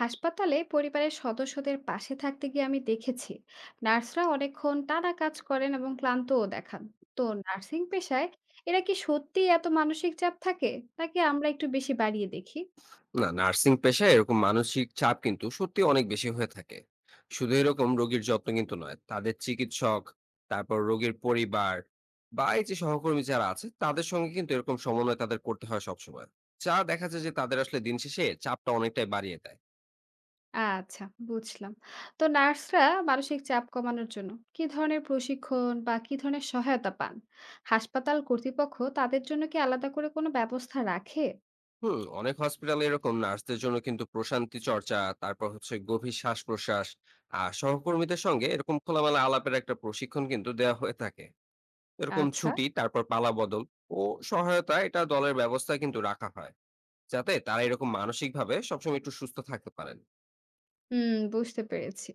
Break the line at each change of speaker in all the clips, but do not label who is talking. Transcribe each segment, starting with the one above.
হাসপাতালে পরিবারের সদস্যদের পাশে থাকতে গিয়ে আমি দেখেছি নার্সরা অনেকক্ষণ টানা কাজ করেন এবং ক্লান্তও দেখান। তো নার্সিং পেশায় এরা কি সত্যি এত মানসিক চাপ থাকে, নাকি আমরা একটু বেশি বাড়িয়ে দেখি?
না, নার্সিং পেশায় এরকম মানসিক চাপ কিন্তু সত্যি অনেক বেশি হয়ে থাকে। শুধু এরকম রোগীর যত্ন কিন্তু নয়, তাদের চিকিৎসক, তারপর রোগীর পরিবার বা এই যে সহকর্মী যারা আছে তাদের সঙ্গে কিন্তু এরকম সমন্বয় তাদের করতে হয় সবসময়, যা দেখা যায় যে তাদের আসলে দিন শেষে চাপটা অনেকটাই বাড়িয়ে দেয়।
আচ্ছা, বুঝলাম। তো নার্সরা মানসিক চাপ কমানোর জন্য কি ধরনের প্রশিক্ষণ বা কি ধরনের সহায়তা পান? হাসপাতাল কর্তৃপক্ষ তাদের জন্য কি আলাদা করে কোনো ব্যবস্থা রাখে?
হুম, অনেক হসপিটালে এরকম নার্সদের জন্য কিন্তু প্রশান্তি চর্চা, তারপর হচ্ছে গভীর শ্বাস প্রশ্বাস আর সহকর্মীদের সঙ্গে এরকম খোলামেলা আলাপের একটা প্রশিক্ষণ কিন্তু দেওয়া হয়ে থাকে। এরকম
আচ্ছা।
ছুটি, তারপর পালাবদল ও সহায়তা, এটা দলের ব্যবস্থা কিন্তু রাখা হয়। যাতে তারা এরকম মানসিকভাবে সবসময় একটু সুস্থ থাকতে পারেন।
হুম, বুঝতে পেরেছি।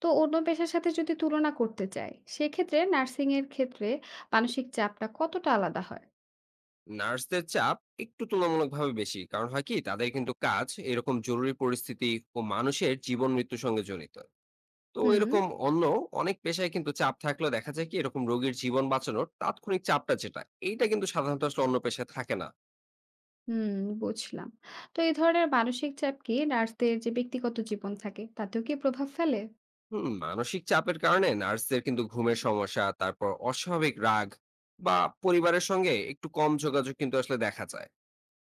তো অন্য পেশার সাথে যদি তুলনা করতে চাই, সেক্ষেত্রে নার্সিং এর ক্ষেত্রে মানসিক চাপটা কতটা আলাদা হয়?
নার্সদের চাপ একটু তুলনামূলকভাবে বেশি। কারণ হয় কি তাদের কিন্তু কাজ এরকম জরুরি পরিস্থিতি ও মানুষের জীবন মৃত্যুর সঙ্গে জড়িত। তো
হুম,
এরকম অন্য অনেক পেশায় কিন্তু চাপ থাকলেও দেখা যায় কি এরকম রোগীর জীবন বাঁচানোর তাৎক্ষণিক চাপটা যেটা, এইটা কিন্তু সাধারণত আসলে অন্য পেশায় থাকে না।
হুম, বুঝলাম। তো এই ধরনের মানসিক চাপ কি নার্সদের যে ব্যক্তিগত জীবন থাকে, তাতেও কি প্রভাব ফেলে?
হুম, মানসিক চাপের কারণে নার্সদের কিন্তু ঘুমের সমস্যা, তারপর অস্বাভাবিক রাগ বা পরিবারের সঙ্গে একটু কম যোগাযোগ কিন্তু আসলে দেখা যায়।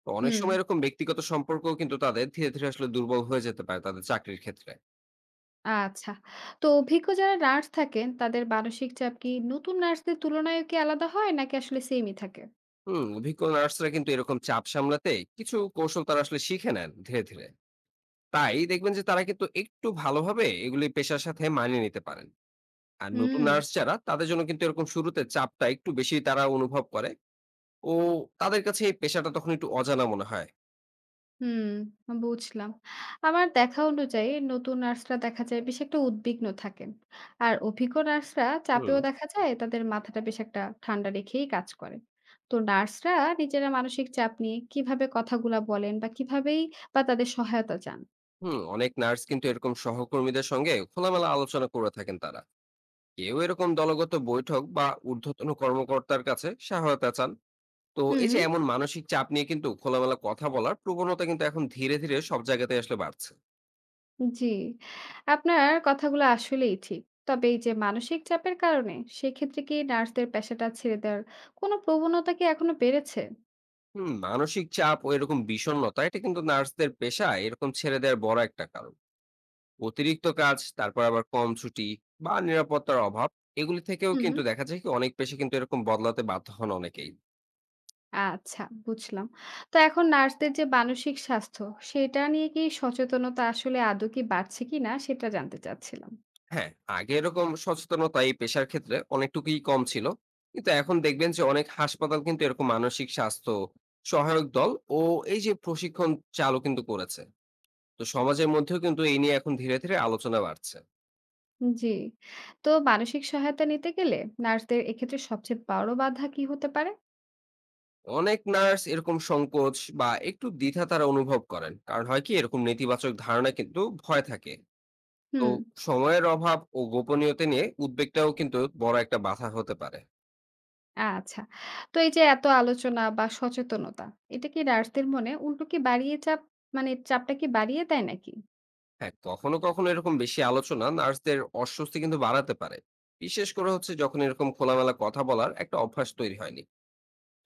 তো অনেক
হুম,
সময় এরকম ব্যক্তিগত সম্পর্ক কিন্তু তাদের ধীরে ধীরে আসলে দুর্বল হয়ে যেতে পারে তাদের চাকরির ক্ষেত্রে।
আচ্ছা। তো অভিজ্ঞ যারা নার্স থাকেন, তাদের মানসিক চাপ কি নতুন নার্সদের তুলনায় কি আলাদা হয় নাকি আসলে সেমই থাকে?
হুম, অভিজ্ঞ নার্সরা কিন্তু এরকম চাপ সামলাতে কিছু কৌশল তারা আসলে শিখে নেন ধীরে ধীরে। তাই দেখবেন যে তারা কিন্তু একটু ভালোভাবে এগুলি পেশার সাথে মানিয়ে নিতে পারেন। আর নতুন
হুম।
নার্স যারা, তাদের জন্য কিন্তু এরকম শুরুতে চাপটা একটু বেশি তারা অনুভব করে ও তাদের কাছে এই পেশাটা তখন একটু অজানা মনে হয়।
হুম, বুঝলাম। আমার দেখা অনুযায়ী নতুন নার্সরা দেখা যায় বেশ একটা উদ্বিগ্ন থাকেন। আর অভিজ্ঞ নার্সরা
হুম।
চাপেও দেখা যায় তাদের মাথাটা বেশ একটা ঠান্ডা রেখেই কাজ করে। তো নার্সরা নিজেরা মানসিক চাপ নিয়ে কিভাবে কথাগুলা বলেন বা কিভাবেই বা তাদের সহায়তা চান?
হুম, অনেক নার্স কিন্তু এরকম সহকর্মীদের সঙ্গে খোলামেলা আলোচনা করে থাকেন। তারা কেউ এরকম দলগত বৈঠক বা ঊর্ধ্বতন কর্মকর্তার কাছে সহায়তা চান। তো এই
হুম,
যে এমন মানসিক চাপ নিয়ে কিন্তু খোলামেলা কথা বলার প্রবণতা কিন্তু এখন ধীরে ধীরে সব জায়গাতে আসলে বাড়ছে।
জি। আপনার কথাগুলো আসলেই ঠিক। তবে এই যে মানসিক চাপের কারণে সেক্ষেত্রে কি নার্সদের পেশাটা ছেড়ে দেওয়ার কোনো প্রবণতা কি এখনো বেড়েছে?
হুম, মানসিক চাপ ও এরকম বিষণ্ণতা, এটা কিন্তু নার্সদের পেশা এরকম ছেড়ে দেওয়ার বড় একটা কারণ। অতিরিক্ত কাজ, তারপর আবার কম ছুটি বা নিরাপত্তার অভাব, এগুলি থেকেও
হুম।
কিন্তু দেখা যায় কি অনেক পেশা কিন্তু এরকম বদলাতে বাধ্য হন অনেকেই।
আচ্ছা, বুঝলাম। তো এখন নার্সদের যে মানসিক স্বাস্থ্য, সেটা নিয়ে কি সচেতনতা আসলে আদৌ কি বাড়ছে কিনা সেটা জানতে চাচ্ছিলাম।
হ্যাঁ, আগে এরকম সচেতনতা এই পেশার ক্ষেত্রে অনেকটুকুই কম ছিল। কিন্তু এখন দেখবেন যে অনেক হাসপাতাল কিন্তু এরকম মানসিক স্বাস্থ্য, সহায়ক দল ও এই যে প্রশিক্ষণ চালু কিন্তু করেছে। তো সমাজের মধ্যেও কিন্তু এই নিয়ে এখন ধীরে ধীরে আলোচনা বাড়ছে।
জি। তো মানসিক সহায়তা নিতে গেলে নার্সদের এক্ষেত্রে সবচেয়ে বড় বাধা কি হতে পারে?
অনেক নার্স এরকম সংকোচ বা একটু দ্বিধা তারা অনুভব করেন। কারণ হয় কি এরকম নেতিবাচক ধারণা কিন্তু ভয় থাকে। তো
হুম,
সময়ের অভাব ও গোপনীয়তা নিয়ে উদ্বেগটাও কিন্তু বড় একটা বাধা হতে পারে।
আচ্ছা। তো এই যে এত আলোচনা বা সচেতনতা, এটা কি নার্সদের মনে উল্টো কি বাড়িয়ে চাপ, মানে চাপটা কি বাড়িয়ে দেয় নাকি?
হ্যাঁ, কখনো কখনো এরকম বেশি আলোচনা নার্সদের অস্বস্তি কিন্তু বাড়াতে পারে, বিশেষ করে হচ্ছে যখন এরকম খোলামেলা কথা বলার একটা অভ্যাস তৈরি হয়নি।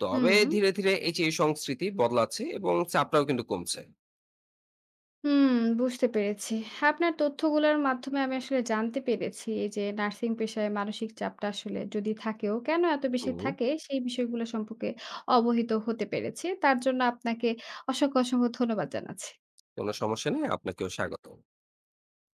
তবে
হুম।
ধীরে ধীরে এই যে এই সংস্কৃতি বদলাচ্ছে এবং চাপটাও কিন্তু কমছে।
হুম, বুঝতে পেরেছি। আপনার তথ্যগুলার মাধ্যমে আমি আসলে জানতে পেরেছি এই যে নার্সিং পেশায় মানসিক চাপটা আসলে যদি থাকেও কেন এত বেশি
হুম,
থাকে সেই বিষয়গুলো সম্পর্কে অবহিত হতে পেরেছি। তার জন্য আপনাকে অসংখ্য, অসংখ্য ধন্যবাদ জানাচ্ছি।
কোনো সমস্যা নেই, আপনাকেও স্বাগত।